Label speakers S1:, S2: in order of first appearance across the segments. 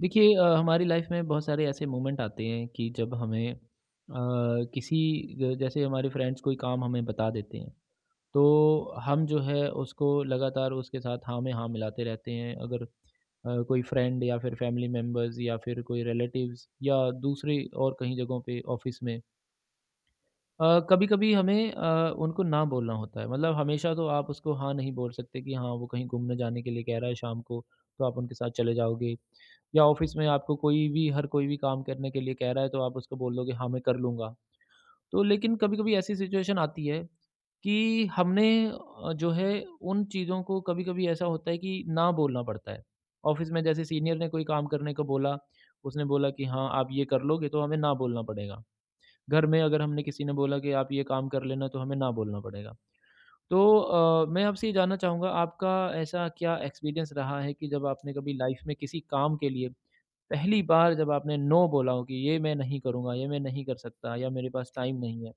S1: देखिए हमारी लाइफ में बहुत सारे ऐसे मोमेंट आते हैं कि जब हमें किसी जैसे हमारे फ्रेंड्स कोई काम हमें बता देते हैं तो हम जो है उसको लगातार उसके साथ हाँ में हाँ मिलाते रहते हैं अगर कोई फ्रेंड या फिर फैमिली मेम्बर्स या फिर कोई रिलेटिव्स या दूसरे और कहीं जगहों पे ऑफिस में कभी-कभी हमें उनको ना बोलना होता है। मतलब हमेशा तो आप उसको हाँ नहीं बोल सकते कि हाँ, वो कहीं घूमने जाने के लिए कह रहा है शाम को, तो आप उनके साथ चले जाओगे। या ऑफ़िस में आपको कोई भी हर कोई भी काम करने के लिए कह रहा है, तो आप उसको बोल दोगे हाँ, मैं कर लूँगा। तो लेकिन कभी-कभी ऐसी सिचुएशन आती है कि हमने जो है उन चीज़ों को कभी-कभी ऐसा होता है कि ना बोलना पड़ता है। ऑफ़िस में जैसे सीनियर ने कोई काम करने को बोला, उसने बोला कि हाँ, आप ये कर लोगे, तो हमें ना बोलना पड़ेगा। घर में अगर हमने किसी ने बोला कि आप ये काम कर लेना तो हमें ना बोलना पड़ेगा। तो मैं आपसे ये जानना चाहूँगा आपका ऐसा क्या एक्सपीरियंस रहा है कि जब आपने कभी लाइफ़ में किसी काम के लिए पहली बार जब आपने नो बोला हो कि ये मैं नहीं करूँगा, ये मैं नहीं कर सकता या मेरे पास टाइम नहीं है।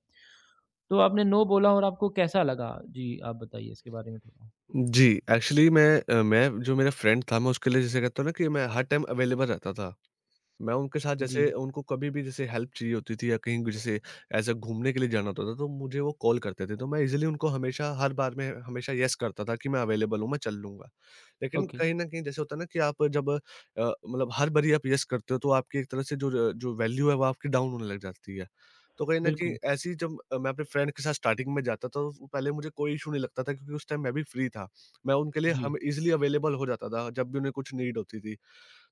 S1: तो आपने नो बोला और आपको कैसा लगा? जी, आप बताइए इसके बारे में थोड़ा।
S2: जी, एक्चुअली मैं जो मेरा फ्रेंड था मैं उसके लिए जैसे कहता हूँ ना कि मैं हर टाइम अवेलेबल रहता था। मैं उनके साथ जैसे
S1: जी।
S2: उनको कभी भी जैसे हेल्प चाहिए होती थी या कहीं जैसे ऐसा घूमने के लिए जाना होता था तो मुझे वो कॉल करते थे तो मैं इजीली उनको हमेशा हर बार में हमेशा यस करता था कि मैं अवेलेबल हूँ मैं चल लूंगा लेकिन
S1: ओके।
S2: कहीं ना कहीं जैसे होता है ना कि आप जब मतलब हर बारी आप यस करते हो तो आपकी एक तरह से जो जो वैल्यू है वो आपकी डाउन होने लग जाती है तो कहीं ना कहीं
S1: बिल्कुल।
S2: ऐसी जब मैं अपने फ्रेंड के साथ स्टार्टिंग में जाता था तो पहले मुझे कोई इशू नहीं लगता था क्योंकि उस टाइम मैं भी फ्री था मैं उनके लिए
S1: जी।
S2: हम इजिली अवेलेबल हो जाता था जब भी उन्हें कुछ नीड होती थी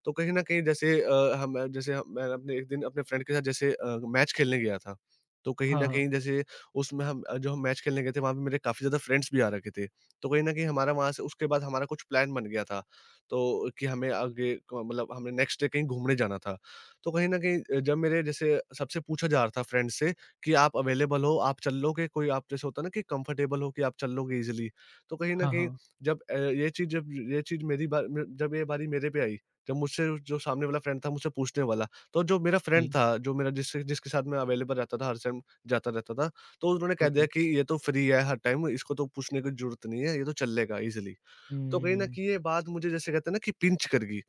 S2: तो कहीं न कहीं जैसे मैं अपने एक दिन अपने फ्रेंड के साथ जैसे मैच खेलने गया था। तो कहीं
S1: हाँ,
S2: न
S1: हाँ।
S2: कहीं जैसे उसमें हम जो हम मैच खेलने गए थे वहाँ पे मेरे काफ़ी ज़्यादा फ्रेंड्स भी आ रखे थे। तो कहीं न कहीं हमारा वहाँ से उसके बाद हमारा कुछ प्लान बन गया था। तो कि हमें आगे क मतलब हमें नेक्स्ट डे कहीं घूमने जाना था। तो कहीं न कहीं जब मेरे जैसे सबसे पूछा जा रहा था फ्रेंड से कि आप अवेलेबल हो, आप चल लोगे? कोई आप जैसे होता है ना कि कंफर्टेबल हो कि आप चल लोगे ईज़िली। तो कहीं न
S1: हाँ,
S2: कहीं
S1: हाँ।
S2: जब ये चीज़ जब ये बारी मेरे पे आई जब मुझसे जो सामने वाला फ्रेंड था मुझसे पूछने वाला, तो जो मेरा फ्रेंड
S1: जी।
S2: था, जो मेरा जिससे जिसके साथ मैं अवेलेबल रहता था, हर टाइम जाता रहता था, तो उन्होंने कह
S1: ओके।
S2: दिया कि ये तो फ्री है हर टाइम, इसको तो पूछने की ज़रूरत नहीं है, ये तो चल लेगा ईज़िली। तो कहीं न
S1: हुँ,
S2: कहीं ये बात मुझे जैसे कहते हैं ना कि पिंच कर गई।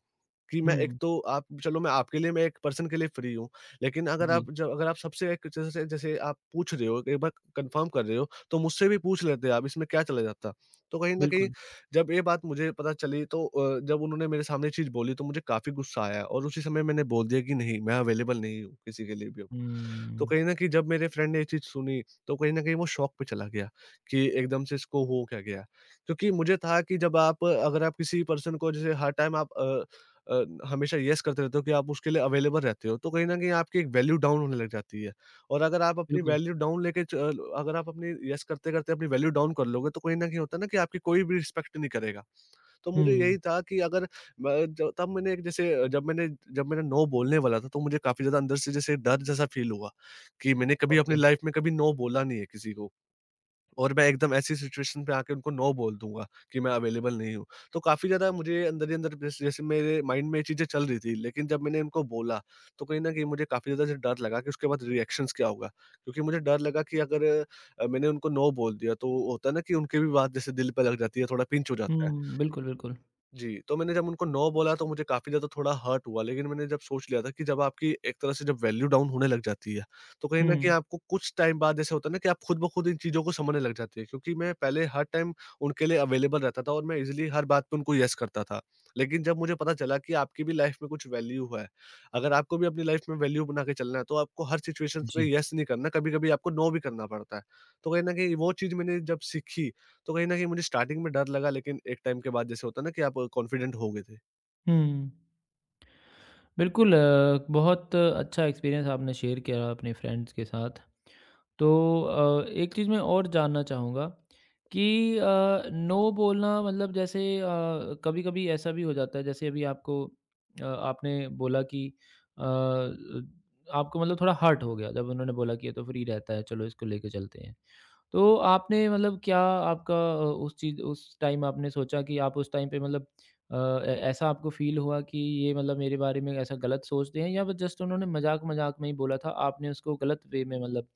S2: कि मैं एक
S1: हुँ।
S2: तो आप चलो मैं आपके लिए मैं एक पर्सन के लिए फ्री हूँ। लेकिन अगर
S1: जी।
S2: आप जब अगर आप सबसे एक जैसे जैसे आप पूछ रहे हो, एक बार कन्फर्म कर रहे हो, तो मुझसे भी पूछ लेते आप, इसमें क्या चला जाता? तो कहीं न कहीं
S1: बिल्कुल।
S2: जब ये बात मुझे पता चली तो जब उन्होंने मेरे सामने ये चीज़ बोली तो मुझे काफ़ी गुस्सा आया और उसी समय मैंने बोल दिया कि नहीं, मैं अवेलेबल नहीं हूँ किसी के लिए भी अब। तो
S1: हुँ।
S2: कहीं न कहीं जब मेरे फ्रेंड ने ये चीज़ सुनी, तो कहीं न कहीं वो शॉक पे चला गया कि एकदम से इसको हो क्या गया? क्योंकि मुझे था कि जब आप अगर आप किसी पर्सन को जैसे हर टाइम आप अ, हमेशा येस करते रहते हो कि आप उसके लिए अवेलेबल रहते हो, तो कहीं न कहीं आपकी एक वैल्यू डाउन होने लग जाती है और अगर आप अपनी
S1: बिल्कुल।
S2: वैल्यू डाउन लेके च अगर आप अपनी येस करते-करते अपनी वैल्यू डाउन कर लोगे, तो कहीं न कहीं होता है ना कि आपकी कोई भी रिस्पेक्ट नहीं करेगा। तो मुझे
S1: हुँ।
S2: यही था कि अगर मैं ज तब मैंने एक जैसे जब मैंने नो बोलने वाला था, तो मुझे काफ़ी ज़्यादा अंदर से जैसे डर जैसा फ़ील हुआ कि मैंने कभी
S1: ओके।
S2: अपनी लाइफ़ में कभी नो बोला नहीं है किसी को और मैं एकदम ऐसी सिचुएशन पे आके उनको नो बोल दूँगा कि मैं अवेलेबल नहीं हूँ। तो काफ़ी ज़्यादा मुझे अंदर ही अंदर जैसे जैसे मेरे माइंड में ये चीज़ें चल रही थी, लेकिन जब मैंने उनको बोला, तो कहीं न कहीं मुझे काफ़ी ज़्यादा डर लगा कि उसके बाद रिएक्शंस क्या होगा? क्योंकि मुझे डर लगा कि अगर मैंने उनको नो बोल दिया, तो होता है ना कि उनकी भी बात जैसे दिल पे लग जाती है, थोड़ा पिंच हो जाता है।
S1: हुँ। बिल्कुल, बिल्कुल।
S2: जी, तो मैंने जब उनको नो बोला तो मुझे काफ़ी ज़्यादा थोड़ा हर्ट हुआ, लेकिन मैंने जब सोच लिया था कि जब आपकी एक तरह से जब वैल्यू डाउन होने लग जाती है, तो कहीं न कहीं
S1: हुँ।
S2: आपको कुछ टाइम बाद ऐसा होता है ना कि आप खुद ब खुद इन चीज़ों को समझने लग जाते हैं। क्योंकि मैं पहले हर टाइम उनके लिए अवेलेबल रहता था और मैं ईज़िली हर बात पे उनको येस करता था। लेकिन जब मुझे पता चला कि आपकी भी लाइफ़ में कुछ वैल्यू है, अगर आपको भी अपनी लाइफ़ में वैल्यू बना के चलना है, तो आपको हर सिचुएशंस में
S1: जी।
S2: येस नहीं करना, कभी-कभी आपको नो भी करना पड़ता है। तो कहीं न कहीं वो चीज़ मैंने जब सीखी तो कहीं न कहीं मुझे स्टार्टिंग में डर लगा लेकिन एक टाइम के बाद जैसे होता है ना कि आप कॉन्फिडेंट हो गए थे।
S1: हुँ। बिल्कुल। बहुत अच्छा एक्सपीरियंस आपने शेयर किया अपने फ्रेंड्स के साथ। तो एक चीज़ मैं और जानना चाहूँगा कि नो बोलना मतलब जैसे कभी-कभी ऐसा भी हो जाता है जैसे अभी आपको आपने बोला कि अ, आपको मतलब थोड़ा हर्ट हो गया जब उन्होंने बोला कि ये तो फ्री रहता है, चलो इसको लेके चलते हैं। तो आपने मतलब क्या आपका उस चीज़ उस टाइम आपने सोचा कि आप उस टाइम पे मतलब अ, ए ऐसा आपको फ़ील हुआ कि ये मतलब मेरे बारे में ऐसा गलत सोचते हैं या बस जस्ट उन्होंने मज़ाक-मज़ाक में ही बोला था, आपने उसको गलत वे में मतलब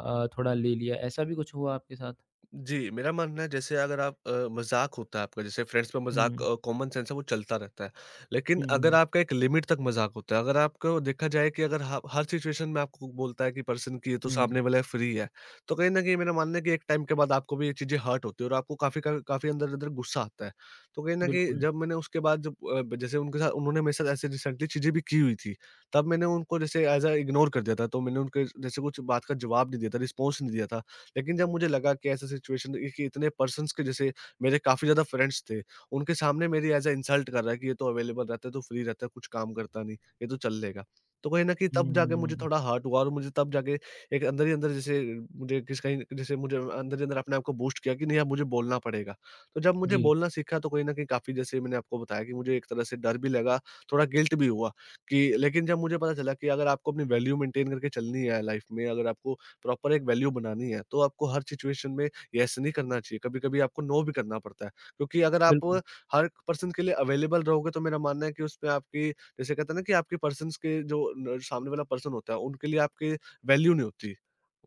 S1: थोड़ा ले लिया, ऐसा भी कुछ हुआ आपके साथ?
S2: जी, मेरा मानना है जैसे अगर आप मज़ाक होता है आपका जैसे फ्रेंड्स में हुँ। मज़ाक
S1: हुँ।
S2: कॉमन सेंस है वो चलता रहता है। लेकिन अगर
S1: हुँ,
S2: आपका एक लिमिट तक मज़ाक होता है, अगर आपको देखा जाए कि अगर ह हर सिचुएशन में आपको बोलता है कि पर्सन कि ये तो
S1: हुँ।
S2: सामने वाला फ्री है, तो कहीं न कहीं मेरा मानना है कि एक टाइम के बाद आपको भी ये चीज़ें हर्ट होती है और आपको काफ़ी अंदर-अंदर गुस्सा आता है। तो कहीं न कहीं
S1: बिल्कुल।
S2: जब मैंने उसके बाद जब जैसे उनके साथ उन्होंने मेरे साथ ऐसे रिसेंटली चीज़ें भी की हुई थी, तब मैंने उनको जैसे एज़ अ इग्नोर कर दिया था। तो मैंने उनके जैसे कुछ बात का जवाब नहीं दिया था, रिस्पॉन्स नहीं दिया था। लेकिन जब मुझे लगा कि ऐसा सिचुएशन कि इतने पर्सन्स के जैसे मेरे काफ़ी ज़्यादा फ्रेंड्स थे, उनके सामने मेरी ऐज़ अ इंसल्ट कर रहा है कि ये तो अवेलेबल रहता है, तो फ्री रहता है, कुछ काम करता नहीं, ये तो चल लेगा। तो कहीं न कहीं तब जाके मुझे
S1: हुँ।
S2: थोड़ा हर्ट हुआ और मुझे तब जाके एक अंदर ही अंदर जैसे मुझे किस कहीं जैसे मुझे अंदर ही अंदर अपने आप को बूस्ट किया कि नहीं अब मुझे बोलना पड़ेगा। तो जब मुझे
S1: जी।
S2: बोलना सीखा तो कहीं न कहीं काफ़ी जैसे मैंने आपको बताया कि मुझे एक तरह से डर भी लगा, थोड़ा गिल्ट भी हुआ कि लेकिन जब मुझे पता चला कि अगर आपको अपनी वैल्यू मेंटेन करके चलनी है लाइफ़ में, अगर आपको प्रॉपर एक वैल्यू बनानी है, तो आपको हर सिचुएशन में येस नहीं करना चाहिए, कभी-कभी आपको नो भी करना पड़ता है। क्योंकि अगर आप
S1: बिल्कुल।
S2: हर पर्सन के लिए अवेलेबल रहोगे तो मेरा मानना है कि उसपे आपकी जैसे कहते हैं ना कि आपके पर्सन्स के जो न सामने वाला पर्सन होता है, उनके लिए आपकी वैल्यू नहीं होती।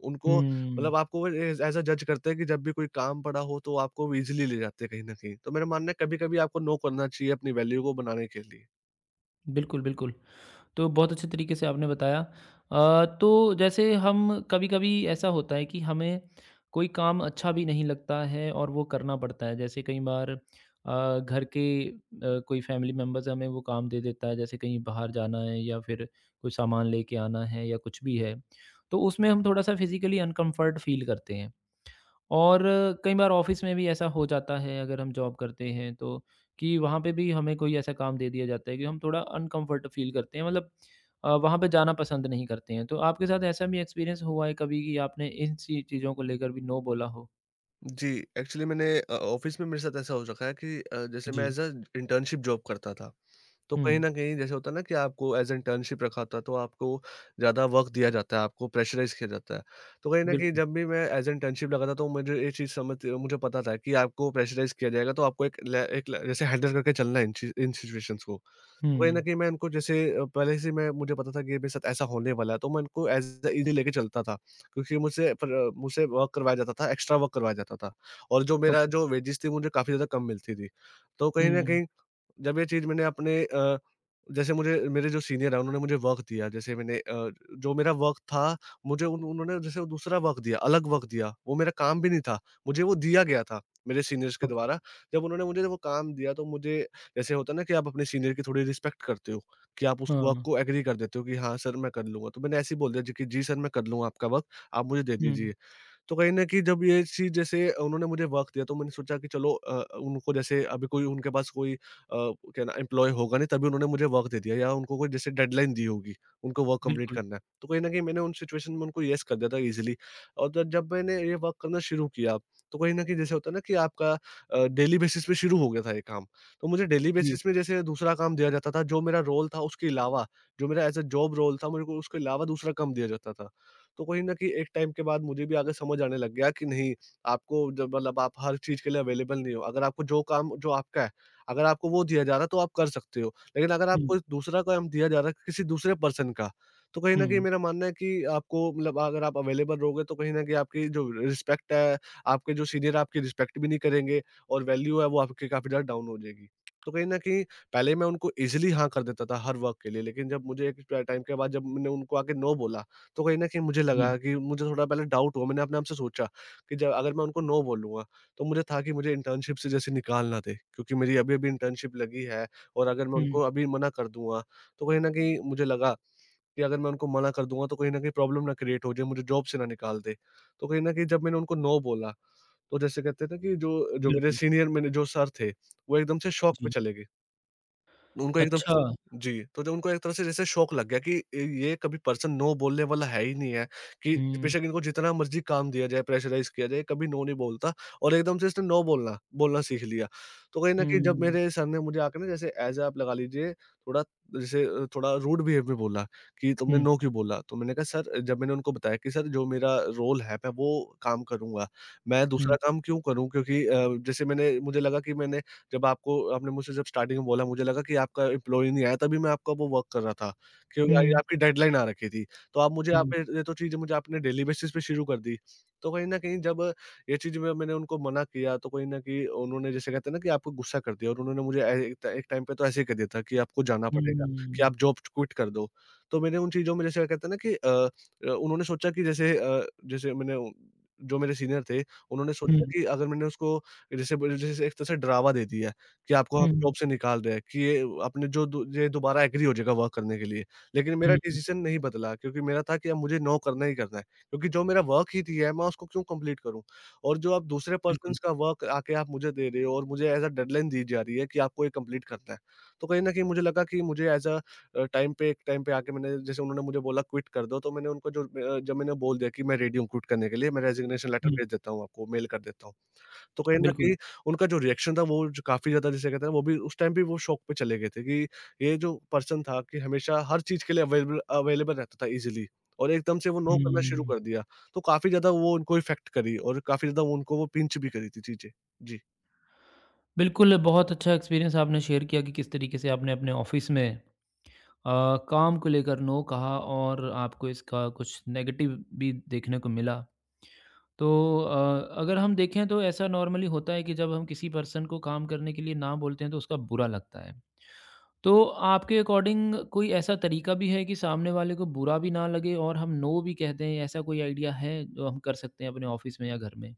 S2: उनको
S1: हुँ।
S2: मतलब आपको वो एज़ एज़ अ जज करते हैं कि जब भी कोई काम पड़ा हो तो आपको वो ईज़िली ले जाते हैं कहीं न कहीं। तो मेरा मानना है कभी-कभी आपको नो करना चाहिए अपनी वैल्यू को बनाने के लिए।
S1: बिल्कुल, बिल्कुल। तो बहुत अच्छे तरीके से आपने बताया। तो जैसे हम कभी-कभी ऐसा होता है कि हमें कोई काम अच्छा भी नहीं लगता है और वो करना पड़ता है। जैसे कई बार घर के अ, कोई फैमिली मेंबर्स हमें वो काम दे देता है, जैसे कहीं बाहर जाना है या फिर कोई सामान लेके आना है या कुछ भी है। तो उसमें हम थोड़ा-सा फिज़िकली अनकम्फ़र्ट फ़ील करते हैं। और कई बार ऑफ़िस में भी ऐसा हो जाता है अगर हम जॉब करते हैं तो, कि वहाँ पे भी हमें कोई ऐसा काम दे दिया जाता है कि हम थोड़ा अनकम्फ़र्ट फ़ील करते हैं मतलब वहाँ पे जाना पसंद नहीं करते हैं। तो आपके साथ ऐसा भी एक्सपीरियंस हुआ है कभी कि आपने इन सी चीज़ों को लेकर भी नो बोला हो?
S2: जी, एक्चुअली मैंने ऑफ़िस में मेरे साथ ऐसा हो रखा है कि जैसे मैं
S1: जी।
S2: एज़ अ इंटर्नशिप जॉब करता था। तो कहीं
S1: हुँ।
S2: न कहीं जैसे होता है ना कि आपको एज़ इंटर्नशिप रखा होता है, तो आपको ज़्यादा वर्क दिया जाता है, आपको प्रेशराइज़ किया जाता है। तो कहीं न कहीं
S1: बिल्कुल।
S2: जब भी मैं एज़ इंटर्नशिप लगा था, तो मुझे ये चीज़ समझ मुझे पता था कि आपको प्रेशराइज़ किया जाएगा, तो आपको एक ल जैसे हैंडल करके चलना है इन सिचुएशंस को। तो कहीं न
S1: हुँ।
S2: कहीं मैं इनको जैसे पहले से मैं मुझे पता था कि ये मेरे साथ ऐसा होने वाला है, तो मैं इनको एज़ ईज़ी लेके चलता था, क्योंकि मुझसे वर्क करवाया जाता था, एक्स्ट्रा वर्क करवाया जाता था और जो मेरा
S1: ओके।
S2: जो वेजेज़ थी, मुझे काफ़ी ज़्यादा कम मिलती थी। तो कहीं न
S1: हुँ।
S2: कहीं जब ये चीज़ मैंने अपने जैसे मुझे मेरे जो सीनियर हैं उन्होंने मुझे वर्क दिया जैसे मैंने जो मेरा वर्क था मुझे उन उन्होंने जैसे वो दूसरा वर्क दिया, अलग वर्क दिया, वो मेरा काम भी नहीं था, मुझे वो दिया गया था मेरे सीनियर्स के
S1: ओके।
S2: द्वारा। जब उन्होंने मुझे वो काम दिया तो मुझे जैसे होता है ना कि आप अपने सीनियर की थोड़ी रिस्पेक्ट करते हो, कि आप उस वर्क
S1: हाँ।
S2: को एग्री कर देते हो कि हाँ सर मैं कर लूँगा। तो मैंने ऐसे ही बोल दिया जी कि जी सर मैं कर लूँगा आपका वर्क, आप मुझे दे
S1: हुँ।
S2: दीजिए। तो कहीं न कहीं जब ये चीज़ जैसे उन्होंने मुझे वर्क दिया तो मैंने सोचा कि चलो उनको जैसे अभी कोई उनके पास कोई क्या ना एम्प्लॉयी होगा नहीं तभी उन्होंने मुझे वर्क दे दिया या उनको कोई जैसे डेडलाइन दी होगी, उनको वर्क कंप्लीट
S1: बिल्कुल।
S2: करना है। तो कहीं न कहीं मैंने उन सिचुएशन में उनको येस कर दिया था ईज़िली और ज जब मैंने ये वर्क करना शुरू किया, तो कहीं न कहीं जैसे होता है ना कि आपका डेली बेसिस पे शुरू हो गया था ये काम। तो मुझे डेली
S1: जी।
S2: बेसिस में जैसे दूसरा काम दिया जाता था, जो मेरा रोल था उसके अलावा, जो मेरा एज़ अ जॉब रोल था, मेरे को उसके अलावा दूसरा काम दिया जाता था। तो कहीं न कहीं एक टाइम के बाद मुझे भी आगे समझ आने लग गया कि नहीं, आपको जब मतलब आप हर चीज़ के लिए अवेलेबल नहीं हो। अगर आपको जो काम जो आपका है, अगर आपको वो दिया जा रहा है तो आप कर सकते हो। लेकिन अगर
S1: हुँ,
S2: आपको दूसरा काम दिया जा रहा है किसी दूसरे पर्सन का, तो कहीं न कहीं
S1: हुँ।
S2: मेरा मानना है कि आपको मतलब अगर आप अवेलेबल रहोगे तो कहीं न कहीं आपकी जो रिस्पेक्ट है, आपके जो सीनियर आपकी रिस्पेक्ट भी नहीं करेंगे और वैल्यू है वो आपकी काफ़ी ज़्यादा डाउन हो जाएगी। तो कहीं न कहीं पहले मैं उनको ईज़िली हाँ कर देता था हर वर्क के लिए, लेकिन जब मुझे एक ट टाइम के बाद जब मैंने उनको आके नो बोला तो कहीं न कहीं मुझे
S1: जी।
S2: लगा कि मुझे थोड़ा पहले डाउट हुआ, मैंने अपने आप से सोचा कि जब अगर मैं उनको नो बोलूँगा, तो मुझे था कि मुझे इंटर्नशिप से जैसे निकाल ना दें, क्योंकि मेरी अभी-अभी इंटर्नशिप लगी है और अगर मैं
S1: हुँ।
S2: उनको अभी मना कर दूँगा, तो कहीं न कहीं मुझे लगा कि अगर मैं उनको मना कर दूँगा, तो कहीं न कहीं प्रॉब्लम ना क्रिएट हो जाए, मुझे जॉब से ना निकाल दें। तो कहीं न कहीं जब मैंने उनको नो बोला, तो जैसे कहते हैं ना कि जो जो मेरे
S1: बिल्कुल।
S2: सीनियर मैंने जो सर थे, वो एकदम से शॉक में
S1: जी।
S2: चले गए। उनको एकदम।
S1: अच्छा।
S2: जी, तो जब उनको एक तरह से जैसे शौक लग गया कि ए, ये कभी पर्सन नो बोलने वाला है ही नहीं है, कि
S1: हुँ,
S2: बेशक इनको जितना मर्ज़ी काम दिया जाए, प्रेशराइज़ किया जाए, कभी नो नहीं बोलता और एकदम से इसने नो बोलना बोलना सीख लिया। तो कहीं न
S1: हुँ,
S2: कहीं जब
S1: हुँ,
S2: मेरे सर ने मुझे आके ना जैसे एज़ आप लगा लीजिए, थोड़ा जैसे थोड़ा रूड बिहेव में बोला कि तुमने नो क्यों बोला? तो मैंने कहा सर, जब मैंने उनको बताया कि सर, जो मेरा रोल है मैं वो काम करूँगा, मैं
S1: हुँ,
S2: दूसरा काम क्यों करूँ? क्योंकि जैसे मैंने मुझे लगा कि मैंने जब आपको आपने मुझसे जब स्टार्टिंग में बोला मुझे लगा कि आपका एम्प्लॉयी नहीं आया तभी मैं आपका वो वर्क कर रहा था, क्योंकि
S1: हुँ,
S2: आपकी डेडलाइन आ रखी थी। तो आप मुझे
S1: हुँ,
S2: आप ये तो चीज़ें मुझे आपने डेली बेसिस पे शुरू कर दी। तो कहीं न कहीं जब ये चीज़ में मैंने उनको मना किया तो कहीं न कहीं उन्होंने जैसे कहते हैं ना कि आपको गुस्सा कर दिया, और उन्होंने मुझे ए एक एक टाइम पे तो ऐसे ही कह दिया था कि आपको जाना पड़ेगा, कि आप
S1: हुँ।
S2: जॉब क्विट कर दो। तो मैंने उन चीज़ों में जैसे कहते हैं ना कि उन्होंने सोचा कि जैसे जैसे जो मेरे सीनियर थे, उन्होंने सोचा
S1: हुँ,
S2: कि अगर मैंने उसको जैसे बोले जैसे एक तरह से डरावा दे दिया है कि आपको हम
S1: हुँ, हुँ,
S2: जॉब से निकाल रहे हैं कि ये आपने जो दो ये दोबारा एग्री हो जाएगा वर्क करने के लिए। लेकिन मेरा
S1: हुँ।
S2: डिसीज़न नहीं बदला, क्योंकि मेरा था कि अब मुझे नो करना ही करना है, क्योंकि जो मेरा वर्क ही दिया है मैं उसको क्यों कंप्लीट करूँ? और जो आप दूसरे
S1: बिल्कुल।
S2: पर्सन्स का वर्क आके आप मुझे दे रहे हो और मुझे एज़ अ डेडलाइन दी जा रही है कि आपको ये कंप्लीट करना है। तो कहीं न कहीं मुझे लगा कि मुझे एज़ अ टाइम पे एक टाइम पे आके मैंने जैसे उन्होंने मुझे बोला क्विट कर दो तो मैंने उनको जो जब मैंने बोल दिया कि मैं रेडी हूँ क्विट करने के लिए, मैं रेजिग्नेशन लेटर
S1: हुँ।
S2: भेज देता हूँ आपको, मेल कर देता हूँ। तो कहीं न
S1: बिल्कुल।
S2: कहीं उनका जो रिएक्शन था वो जो काफ़ी ज़्यादा जिसे कहते हैं ना वो भी उस टाइम भी वो शॉक पे चले गए थे कि ये जो पर्सन था कि हमेशा हर चीज़ के लिए अवेलेबल अवेलेबल रहता था ईज़िली, और एकदम से वो नो करना शुरू
S1: हुँ।
S2: कर दिया। तो काफ़ी ज़्यादा वो उनको इफ़ेक्ट करी और काफ़ी ज़्यादा उनको वो पिंच भी करी थी चीज़ें। जी।
S1: बिल्कुल, बहुत अच्छा एक्सपीरियंस आपने शेयर किया कि किस तरीके से आपने अपने ऑफ़िस में अ, काम को लेकर नो कहा और आपको इसका कुछ नेगेटिव भी देखने को मिला। तो अगर हम देखें तो ऐसा नॉर्मली होता है कि जब हम किसी पर्सन को काम करने के लिए ना बोलते हैं तो उसका बुरा लगता है। तो आपके अकॉर्डिंग कोई ऐसा तरीका भी है कि सामने वाले को बुरा भी ना लगे और हम नो भी कह दें, ऐसा कोई आइडिया है जो हम कर सकते हैं अपने ऑफ़िस में या घर में?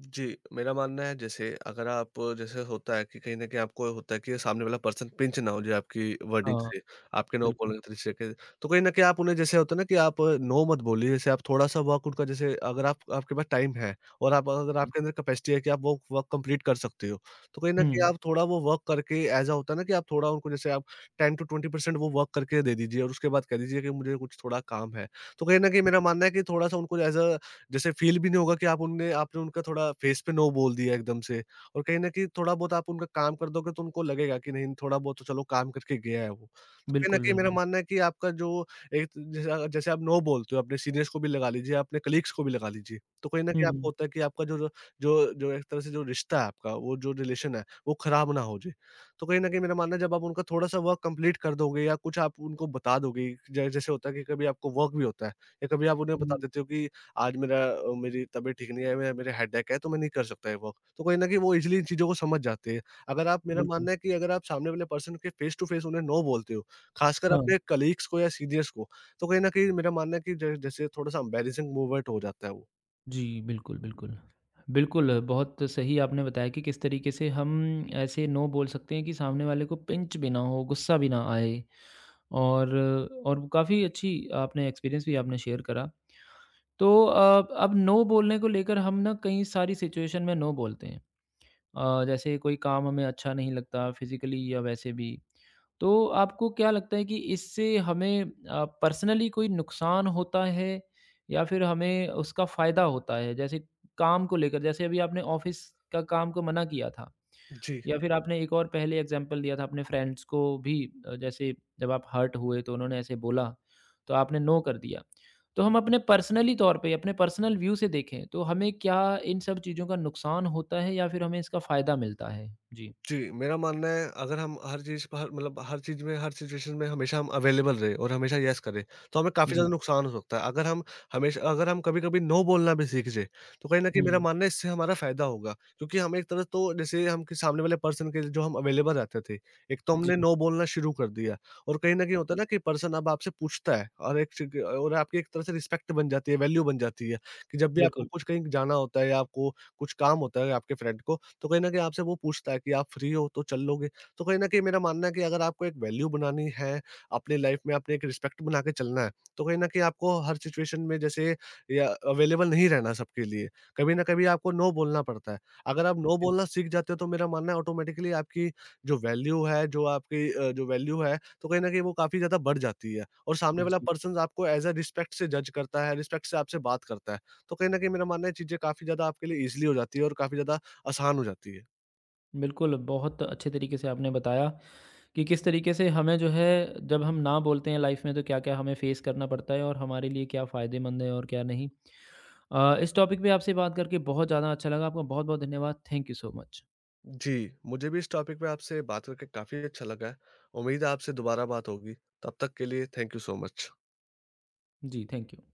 S2: जी, मेरा मानना है जैसे अगर आप जैसे होता है कि कहीं न कहीं आपको होता है कि सामने वाला पर्सन पिंच ना हो जाए आपकी वर्डिंग
S1: हाँ।
S2: से, आपके नो बोलने
S1: बिल्कुल।
S2: के तरीके से। तो कहीं न कहीं आप उन्हें जैसे होता है ना कि आप नो मत बोलिए, जैसे आप थोड़ा-सा वर्क उनका जैसे अगर आप आपके पास टाइम है और आप अगर
S1: ओके।
S2: आपके अंदर कैपेसिटी है कि आप वो वर्क कंप्लीट कर सकते हो, तो कहीं न कहीं
S1: हुँ।
S2: आप थोड़ा वो वर्क करके ऐज़ अ होता है ना कि आप थोड़ा उनको जैसे आप 10 टू 20% वो वर्क करके दे दीजिए और उसके बाद कह दीजिए कि मुझे कुछ थोड़ा काम है। तो कहीं न कहीं मेरा मानना है कि थोड़ा-सा उनको ऐज़ अ जैसे फील भी नहीं होगा कि आप उनने आपने उनका थोड़ा फेस पे नो बोल दिया एकदम से, और कहीं न कहीं थोड़ा बहुत आप उनका काम कर दोगे तो उनको लगेगा कि नहीं, थोड़ा बहुत तो चलो काम करके गया है वो। तो कहीं न
S1: बिल्कुल,
S2: कहीं मेरा
S1: बिल्कुल।
S2: मानना है कि आपका जो एक जैसे जैसे आप नो बोलते हो अपने सीनियर्स को भी लगा लीजिए, अपने कलीग्स को भी लगा लीजिए, तो कहीं न कहीं
S1: हुँ,
S2: आपको होता है कि आपका जो जो जो जो एक तरह से जो रिश्ता है आपका, वो जो रिलेशन है, वो खराब ना हो जाए। तो कहीं न कहीं मेरा मानना है जब आप उनका थोड़ा-सा वर्क कंप्लीट कर दोगे या कुछ आप उनको बता दोगे, ज जैसे होता है कि कभी आपको वर्क भी होता है या कभी आप उन्हें
S1: हुँ।
S2: बता देते हो कि आज मेरा मेरी तबीयत ठीक नहीं है, मेरा मेरा हेडेक है, तो मैं नहीं कर सकता ये वर्क। तो कहीं न कहीं वो ईज़िली इन चीज़ों को समझ जाते हैं। अगर आप मेरा हुँ।
S1: बिल्कुल।
S2: मानना है कि अगर आप सामने वाले पर्सन के फ़ेस टू फ़ेस उन्हें नो बोलते हो, ख़ासकर हुँ।
S1: हाँ।
S2: अपने कलीग्स को या सीनियर्स को, तो कहीं न कहीं मेरा मानना है कि ज जैसे थोड़ा-सा एम्बैरेसिंग मूवमेंट हो जाता है वो।
S1: जी, बिल्कुल, बिल्कुल। बिल्कुल, बहुत सही आपने बताया कि किस तरीके से हम ऐसे नो बोल सकते हैं कि सामने वाले को पिंच भी ना हो, गुस्सा भी ना आए और और काफ़ी अच्छी आपने एक्सपीरियंस भी आपने शेयर करा। तो अब नो बोलने को लेकर हम ना कई सारी सिचुएशन में नो बोलते हैं। जैसे कोई काम हमें अच्छा नहीं लगता फिज़िकली या वैसे भी। तो आपको क्या लगता है कि इससे हमें पर्सनली कोई नुकसान होता है या फिर हमें उसका फ़ायदा होता है? जैसे काम को लेकर जैसे अभी आपने ऑफ़िस का काम को मना किया था,
S2: जी।
S1: या फिर आपने एक और पहले एग्जाम्पल दिया था अपने फ्रेंड्स को भी जैसे जब आप हर्ट हुए तो उन्होंने ऐसे बोला तो आपने नो कर दिया तो हम अपने पर्सनली तौर पे अपने पर्सनल व्यू से देखें तो हमें क्या इन सब चीज़ों का नुकसान होता है या फिर हमें इसका फ़ायदा मिलता है? जी।
S2: जी, मेरा मानना है अगर हम हर चीज़ पर मतलब हर चीज़ में हर सिचुएशन में हमेशा हम अवेलेबल रहे और हमेशा येस करें, तो हमें काफ़ी ज़्यादा
S1: जी।
S2: हुँ। नुकसान हो सकता है। अगर हम कभी-कभी नो बोलना भी सीख जाएँ, तो कहीं न कहीं मेरा
S1: हुँ।
S2: मानना है इससे हमारा फ़ायदा होगा। क्योंकि हम एक तरह तो जैसे हम के सामने वाले पर्सन के लिए जो हम अवेलेबल रहते थे, एक तो
S1: जी।
S2: हमने नो बोलना शुरू कर दिया और कहीं न कहीं होता है
S1: बिल्कुल,
S2: ना कि पर्सन अब आपसे पूछता है और एक च और आपकी एक तरह से रिस्पेक्ट बन जाती है, वैल्यू बन जाती है कि जब भी आपको
S1: बिल्कुल,
S2: कुछ कहीं जाना होता है या आपको कुछ काम होता है आपके फ्रेंड को तो कहीं न कहीं आपसे वो पूछता है कि आप फ्री हो तो चल लोगे? तो कहीं न कहीं मेरा मानना है कि अगर आपको एक वैल्यू बनानी है, अपनी लाइफ में आपने एक रिस्पेक्ट बना के चलना है, तो कहीं न कहीं आपको हर सिचुएशन में जैसे या अवेलेबल नहीं रहना सबके लिए। कभी न कभी आपको नो बोलना पड़ता है। अगर आप नो बोलना सीख जाते हो तो मेरा मानना है ऑटोमेटिकली आपकी जो वैल्यू है, जो आपकी जो वैल्यू है, तो कहीं न कहीं वो काफ़ी ज़्यादा बढ़ जाती है और सामने
S1: बिल
S2: वाला
S1: जी।
S2: पर्सन्स आपको एज़ अ रिस्पेक्ट से जज करता है, रिस्पेक्ट से आपसे बात करता है। तो कहीं न कहीं मेरा मानना है चीज़ें काफ़ी ज़्यादा आपके लिए ईज़िली हो जाती है और काफ़ी ज़्यादा आसान हो जाती है।
S1: बिल्कुल, बहुत अच्छे तरीके से आपने बताया कि किस तरीके से हमें जो है जब हम ना बोलते हैं लाइफ में तो क्या-क्या हमें फेस करना पड़ता है और हमारे लिए क्या फ़ायदेमंद है और क्या नहीं। इस टॉपिक पे आपसे बात करके बहुत ज़्यादा अच्छा लगा। आपका बहुत-बहुत धन्यवाद। Thank you so much.
S2: जी, मुझे भी इस टॉपिक पे आपसे बात करके काफ़ी अच्छा लगा है। उम्मीद है आपसे दोबारा बात होगी। तब तक के लिए थैंक यू सो मच।
S1: जी, थैंक यू।